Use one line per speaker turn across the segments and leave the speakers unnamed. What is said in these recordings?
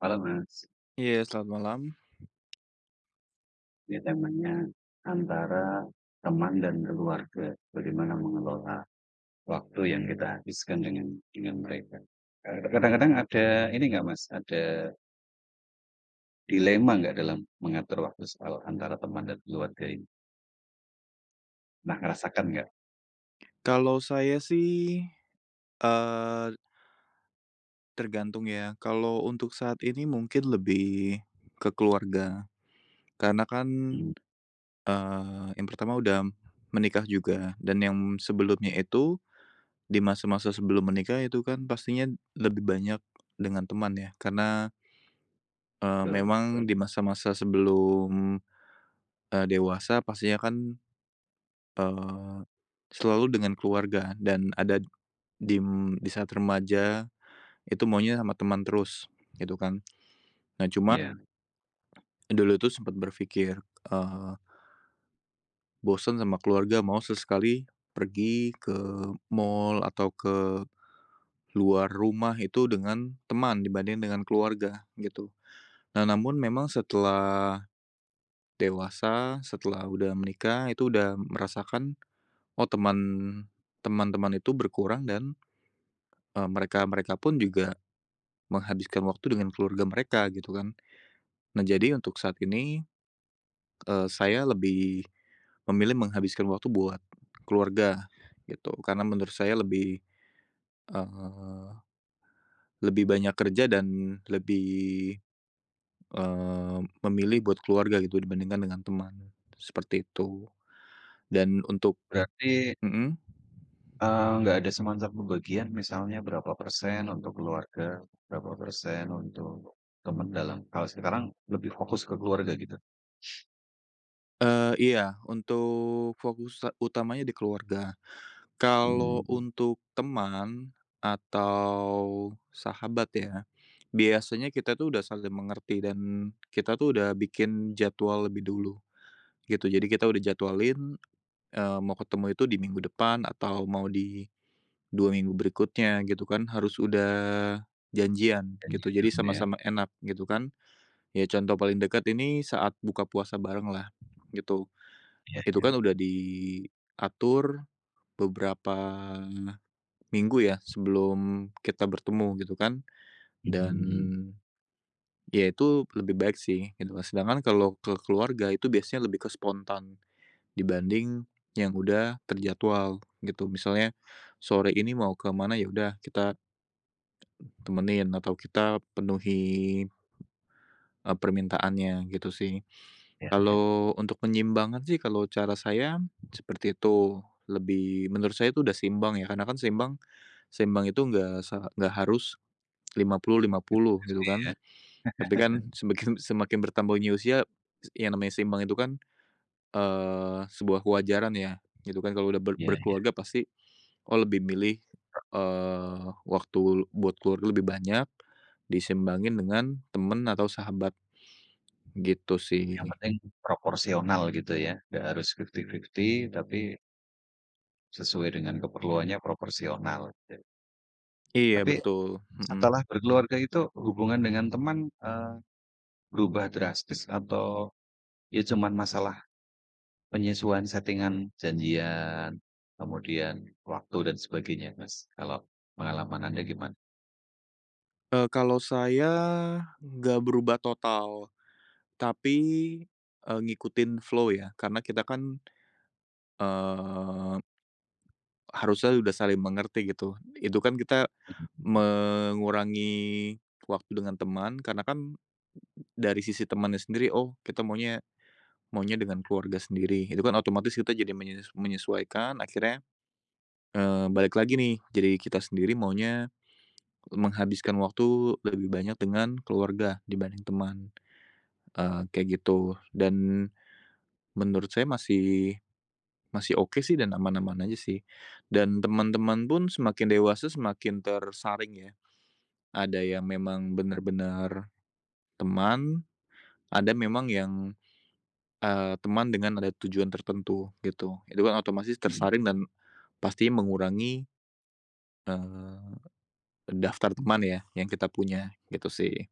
Halo Mas,
Iya, selamat malam.
ini temanya antara teman dan keluarga, bagaimana mengelola waktu yang kita habiskan dengan mereka. Kadang-kadang ada ini nggak Mas, ada dilema nggak dalam mengatur waktu soal antara teman dan keluarga ini? Pernah ngerasakan nggak?
Kalau saya sih, eee, tergantung ya. Kalau untuk saat ini mungkin lebih ke keluarga, karena kan,
Mmm,
yang pertama udah menikah juga dan yang sebelumnya itu, di masa-masa sebelum menikah itu kan pastinya lebih banyak dengan teman ya, karena,
betul betul,
memang di masa-masa sebelum, dewasa pastinya kan, eee, selalu dengan keluarga dan ada di saat remaja. Itu maunya sama teman terus, gitu kan. Nah cuma,
iya.
dulu itu sempat berpikir, eee, bosen sama keluarga mau sesekali pergi ke mall atau ke luar rumah itu dengan teman dibanding dengan keluarga, gitu. Nah namun memang setelah dewasa, setelah udah menikah, itu udah merasakan, oh teman-teman itu berkurang dan, mereka-mereka pun juga menghabiskan waktu dengan keluarga mereka, gitu kan. Nah jadi untuk saat ini saya lebih memilih menghabiskan waktu buat keluarga gitu, karena menurut saya lebih, eee, lebih banyak kerja dan lebih, memilih buat keluarga gitu dibandingkan dengan teman, seperti itu. Dan untuk.
Berarti,
Mhm.
nggak ada semacam pembagian misalnya berapa persen untuk keluarga, berapa persen untuk teman dalam kalau sekarang lebih fokus ke keluarga gitu?
Iya, untuk fokus utamanya di keluarga. Kalau
Mhm,
untuk teman atau sahabat ya, biasanya kita tuh udah saling mengerti dan kita tuh udah bikin jadwal lebih dulu gitu. Jadi kita udah jadwalin, mau ketemu itu di minggu depan atau mau di 2 minggu berikutnya gitu kan, harus udah janjian
dan
gitu.
ya
Jadi
dunia.
sama-sama enak gitu kan. Ya contoh paling dekat ini saat buka puasa bareng lah gitu.
Iya
Itu
iya,
kan udah diatur beberapa minggu ya, sebelum kita bertemu gitu kan, dan
mhm,
ya itu lebih baik sih gitu kan. Sedangkan kalau ke keluarga itu biasanya lebih ke spontan dibanding yang udah terjadwal gitu. Misalnya sore ini mau ke mana, ya udah kita temenin atau kita penuhi, permintaannya gitu sih.
iya iya,
Kalau untuk penyiimbangan sih kalau cara saya seperti itu, lebih menurut saya itu udah seimbang ya, karena kan seimbang seimbang itu nggak nggak harus 50-50 gitu
fifty-fifty
kan.
ya,
Tapi kan semakin semakin bertambahnya usia, yang namanya seimbang itu kan, sebuah kewajaran ya, gitu kan. Kalau udah
iya iya,
berkeluarga pasti, oh lebih milih, eee, waktu buat keluarga lebih banyak, diseimbangin dengan temen atau sahabat, gitu sih.
yang penting proporsional gitu ya, nggak harus fifty-fifty tapi sesuai dengan keperluannya proporsional gitu.
Iya
Tapi
betul, mhm.
setelah berkeluarga itu hubungan dengan teman, eee, berubah drastis atau ya cuman masalah penyesuaian settingan janjian, kemudian waktu dan sebagainya Mas, kalau pengalaman Anda gimana?
Kalau saya nggak berubah total, tapi, ngikutin flow ya, karena kita kan, eee harusnya udah saling mengerti gitu. Itu kan kita mengurangi waktu dengan teman karena kan dari sisi temannya sendiri, oh kita maunya maunya dengan keluarga sendiri. Itu kan otomatis kita jadi menyesuaikan akhirnya, balik lagi nih, jadi kita sendiri maunya menghabiskan waktu lebih banyak dengan keluarga dibanding teman, kayak gitu. Dan menurut saya masih masih oke sih dan aman-aman aja sih. Dan teman-teman pun semakin dewasa semakin tersaring ya. Ada yang memang benar-benar teman, ada memang yang, teman dengan ada tujuan tertentu gitu. Itu kan otomatis
Mhm.
tersaring dan pasti mengurangi, eee, daftar teman ya yang kita punya gitu sih.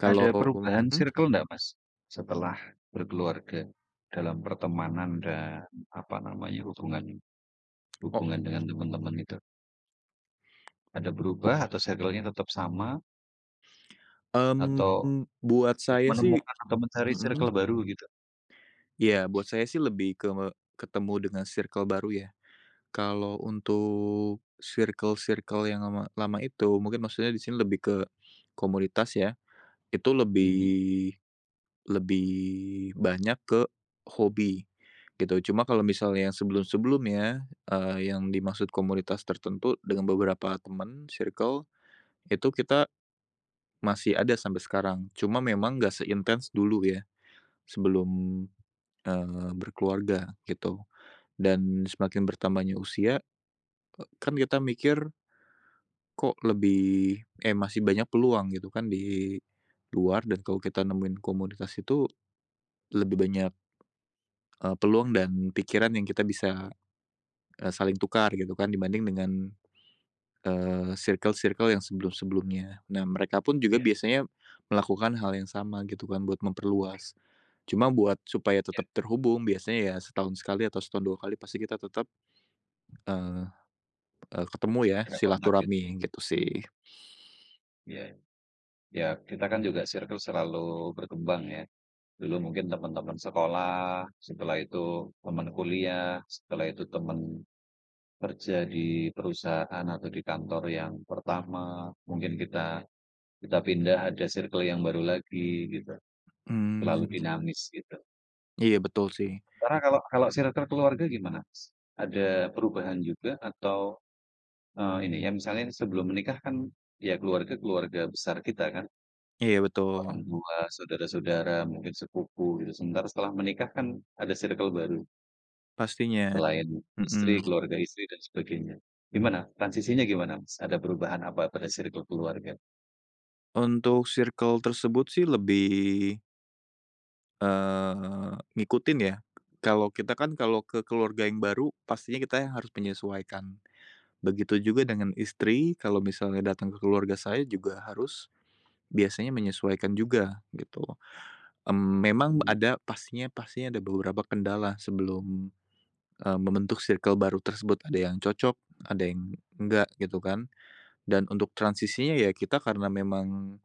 Ada perubahan
Mhm.
circle ndak, Mas, setelah berkeluarga dalam pertemanan dan apa namanya, hubungan
o
hubungan dengan teman-teman itu? Ada berubah atau circle-nya tetap sama atau
mmm, buat saya sih
menemukan atau mencari
mhm,
circle baru gitu?
iya, buat saya sih lebih ke ketemu dengan circle baru ya. Kalau untuk circle-circle yang lama lama itu mungkin maksudnya di sini lebih ke komunitas ya. Itu
Mhm,
lebih lebih banyak ke hobi, gitu. Cuma kalau misalnya yang sebelum-sebelumnya, yang dimaksud komunitas tertentu dengan beberapa teman circle, itu kita masih ada sampai sekarang. Cuma memang nggak seintens dulu ya, sebelum, berkeluarga, gitu. Dan semakin bertambahnya usia, kan kita mikir, kok masih banyak peluang gitu kan di luar dan kalau kita nemuin komunitas itu lebih banyak peluang dan pikiran yang kita bisa, saling tukar gitu kan dibanding dengan, circle-circle yang sebelum-sebelumnya. Nah mereka pun juga
ya
biasanya melakukan hal yang sama gitu kan buat memperluas. Cuma buat supaya
iya,
tetap terhubung biasanya ya setahun sekali atau setahun 2 kali pasti kita tetap, eee eee, ketemu ya
ada kontak gitu.
silaturahmi gitu sih.
Iya, ya kita kan juga circle selalu berkembang ya. Dulu mungkin teman-teman sekolah, setelah itu teman kuliah, setelah itu teman Kerja di perusahaan atau di kantor yang pertama, mungkin kita kita pindah ada circle yang baru lagi gitu,
Mmm,
terlalu dinamis gitu.
iya betul sih.
Karena kalau kalau circle keluarga gimana, Mas? Ada perubahan juga atau, ini ya misalnya sebelum menikah kan ya keluarga keluarga besar kita kan,
Iya betul,
orang tua, saudara-saudara, mungkin sepupu gitu, sementara setelah menikah kan ada circle baru,
pastinya,
selain istri,
mhm.
keluarga istri dan sebagainya. Gimana, transisinya gimana, Mas? Ada perubahan apa pada circle keluarga?
Untuk circle tersebut sih lebih ngikutin ya. Kalau kita kan kalau ke keluarga yang baru, pastinya kita yang harus menyesuaikan. Begitu juga dengan istri, kalau misalnya datang ke keluarga saya juga harus biasanya menyesuaikan juga, gitu. Mmm, memang
Mhm,
ada pastinya pastinya ada beberapa kendala sebelum, membentuk circle baru tersebut. Ada yang cocok, ada yang enggak, gitu kan. Dan untuk transisinya ya kita karena memang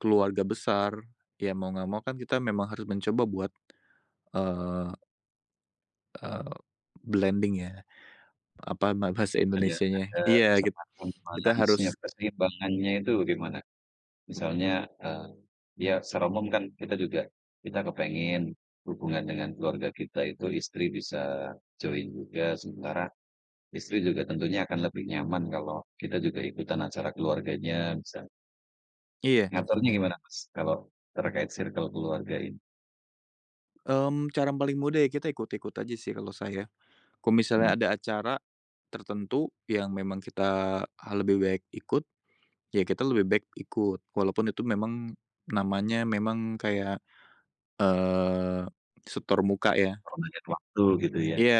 keluarga besar, ya mau nggak mau kan kita memang harus mencoba buat, eh, Eee, blending ya, apa bahasa Indonesianya?
ada
Iya,
semacam
kita
balance-nya,
harus
keseimbangannya itu gimana? Misalnya, ya secara umum kan kita juga kita kepengen hubungan dengan keluarga kita itu istri bisa join juga, sementara istri juga tentunya akan lebih nyaman kalau kita juga ikutan acara keluarganya bisa.
iya,
Ngaturnya gimana, Mas, kalau terkait circle keluarga ini?
mmm, cara paling mudah ya kita ikut-ikut aja sih kalau saya. Kalau misalnya
Mmm,
ada acara tertentu yang memang kita lebih baik ikut, ya kita lebih baik ikut, walaupun itu memang namanya memang kayak, eee, setor muka ya.
permanent waktu gitu ya.
Iya,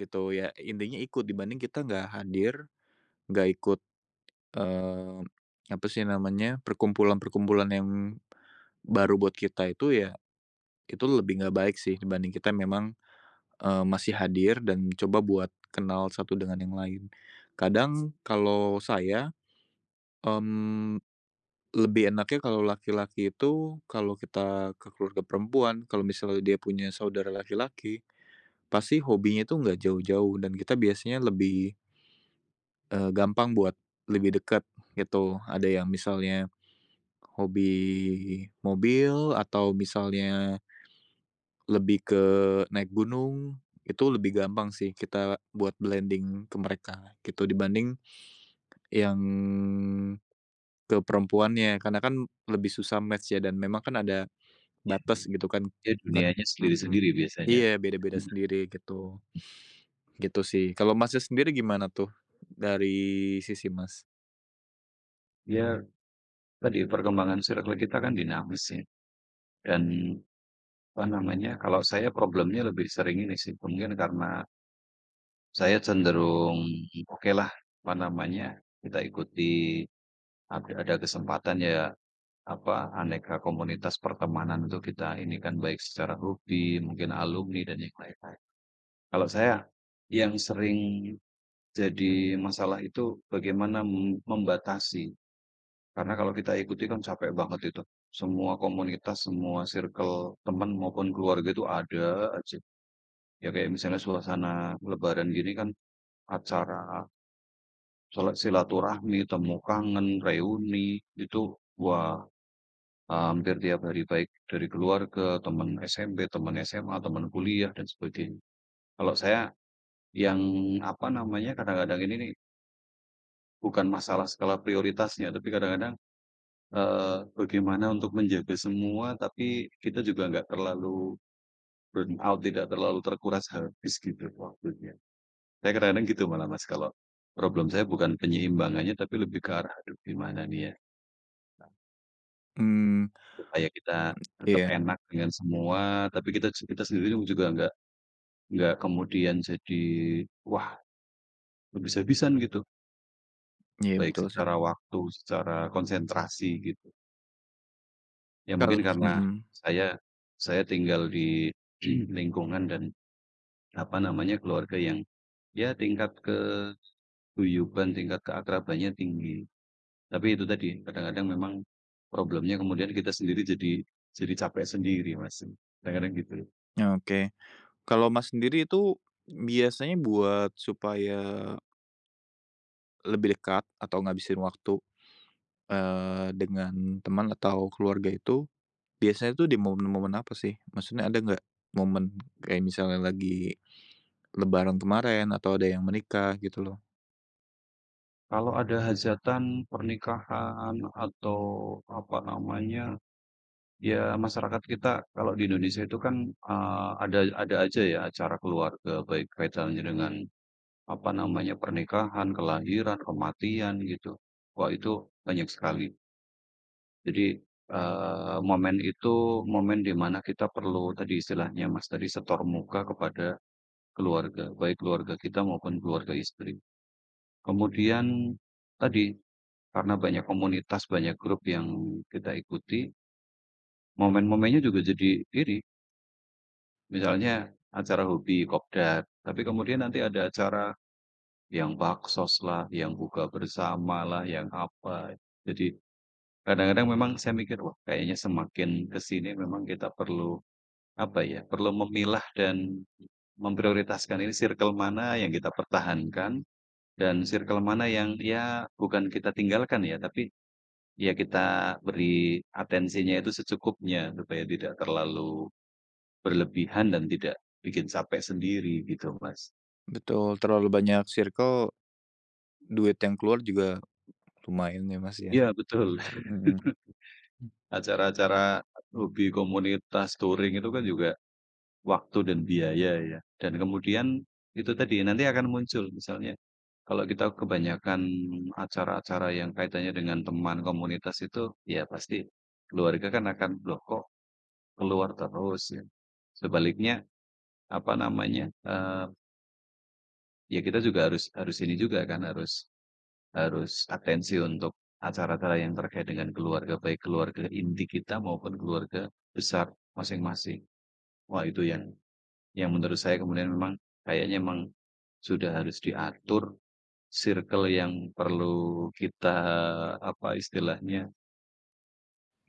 gitu ya, intinya ikut dibanding kita nggak hadir, nggak ikut Eee, apa sih namanya, perkumpulan-perkumpulan yang baru buat kita itu ya, itu lebih nggak baik sih dibanding kita memang, masih hadir dan coba buat kenal satu dengan yang lain. Kadang kalau saya, mmm, lebih enaknya kalau laki-laki itu kalau kita ke keluarga perempuan, kalau misalnya dia punya saudara laki-laki, pasti hobinya itu nggak jauh-jauh dan kita biasanya lebih, gampang buat lebih dekat gitu. Ada yang misalnya hobi mobil atau misalnya lebih ke naik gunung, itu lebih gampang sih kita buat blending ke mereka gitu dibanding yang ke perempuannya, karena kan lebih susah match ya dan memang kan ada batas gitu kan.
Ya
Bet
dunianya
mmm,
sendiri-sendiri biasanya.
iya, beda-beda sendiri gitu, gitu sih. Kalau Masnya sendiri gimana tuh dari sisi Mas?
Ya tadi perkembangan circle kita kan dinamis ya. Dan, apa namanya, kalau saya problemnya lebih sering ini sih, mungkin karena saya cenderung, okelah, apa namanya, kita ikuti, ada kesempatan ya, apa, aneka komunitas pertemanan itu kita ini kan, baik secara hobi, mungkin alumni, dan yang lain-lain. Kalau saya, yang sering jadi masalah itu bagaimana membatasi, karena kalau kita ikuti kan capek banget itu. Semua komunitas, semua circle teman maupun keluarga itu ada aja. Ya kayak misalnya suasana lebaran gini kan acara silaturahmi, temu kangen, reuni, itu wah, hampir tiap hari baik dari keluarga, teman SMP, teman SMA, teman kuliah dan sebagainya. Kalau saya yang apa namanya, kadang-kadang ini nih bukan masalah skala prioritasnya, tapi kadang-kadang, bagaimana untuk menjaga semua tapi kita juga nggak terlalu burn out, tidak terlalu terkuras habis gitu waktunya. Saya kadang-kadang gitu malah Mas, kalau problem saya bukan penyeimbangannya, tapi lebih ke arah, "Aduh gimana nih ya,
Hmm.
supaya kita tetap
Iya,
enak dengan semua, tapi kita kita sendiri juga nggak kemudian jadi, wah habis-habisan," gitu.
iya
Baik
betul sih.
secara waktu, secara konsentrasi gitu. Ya mungkin karena
Mhm.
saya saya tinggal di lingkungan dan, apa namanya, keluarga yang, ya tingkat keguyuban, tingkat keakrabannya tinggi. Tapi itu tadi, kadang-kadang memang problemnya kemudian kita sendiri jadi capek sendiri, Mas, kadang-kadang gitu.
Oke. Kalau Mas sendiri itu biasanya buat supaya lebih dekat atau ngabisin waktu, dengan teman atau keluarga itu, biasanya tuh di momen-momen apa sih? Maksudnya ada nggak momen kayak misalnya lagi lebaran kemarin atau ada yang menikah gitu loh.
Kalau ada hajatan, pernikahan, atau apa namanya, ya masyarakat kita kalau di Indonesia itu kan, ada aja ya acara keluarga, baik kaitannya dengan apa namanya, pernikahan, kelahiran, kematian, gitu. Wah, itu banyak sekali. Jadi, momen itu momen di mana kita perlu tadi istilahnya, Mas, tadi setor muka kepada Keluarga, baik keluarga kita maupun keluarga istri. Kemudian tadi, karena banyak komunitas, banyak grup yang kita ikuti, momen-momennya juga jadi iri. Misalnya acara hobi, kopdar, tapi kemudian nanti ada acara yang baksos lah, yang buka bersama lah, yang apa. Jadi kadang-kadang memang saya mikir, wah kayaknya semakin ke sini memang kita perlu, apa ya, perlu memilah dan memprioritaskan ini circle mana yang kita pertahankan, dan circle mana yang ya bukan kita tinggalkan ya, tapi ya kita beri atensinya itu secukupnya, supaya tidak terlalu berlebihan dan tidak bikin capek sendiri gitu, Mas.
Betul, terlalu banyak circle, duit yang keluar juga lumayan ya, Mas, ya.
Iya betul,
Mhm.
acara-acara hobi komunitas touring itu kan juga waktu dan biaya ya, dan kemudian itu tadi, nanti akan muncul misalnya, kalau kita kebanyakan acara-acara yang kaitannya dengan teman komunitas itu, ya pasti keluarga kan akan, "Loh kok Keluar terus ya. Sebaliknya, apa namanya, ya kita juga harus harus ini juga kan, harus harus atensi untuk acara-acara yang terkait dengan keluarga, baik keluarga inti kita maupun keluarga besar masing-masing. Wah itu yang menurut saya kemudian memang kayaknya memang sudah harus diatur circle yang perlu kita, apa istilahnya,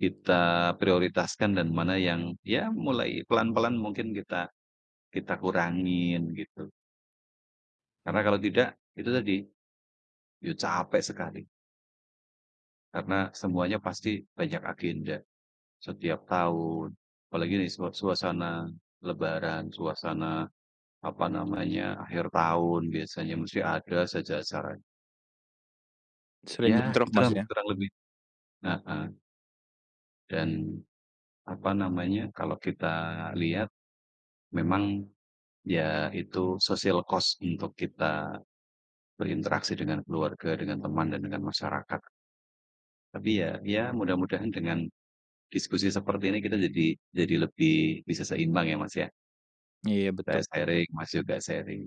kita prioritaskan dan mana yang, ya mulai pelan-pelan mungkin kita kita kurangin gitu. Karena kalau tidak, itu tadi, ya capek sekali, karena semuanya pasti banyak agenda, setiap tahun. Apalagi nih suasana lebaran, suasana, apa namanya, akhir tahun biasanya mesti ada saja acara.
Sering
Ya
bentrok,
itulah
Mas,
Mas,
ya?
kurang lebih heeh, dan, apa namanya, kalau kita lihat memang ya itu social cost untuk kita berinteraksi dengan keluarga, dengan teman, dan dengan masyarakat. Tapi ya ya mudah-mudahan dengan Diskusi seperti ini kita jadi lebih bisa seimbang ya, Mas, ya.
Iya betul,
Saya sharing, Mas juga sharing.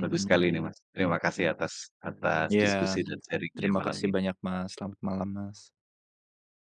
Bagus sekali nih, Mas. Terima kasih atas atas
Iya,
diskusi dan sharing-nya
terima
malam
kasih
ini.
banyak, Mas. Selamat malam, Mas.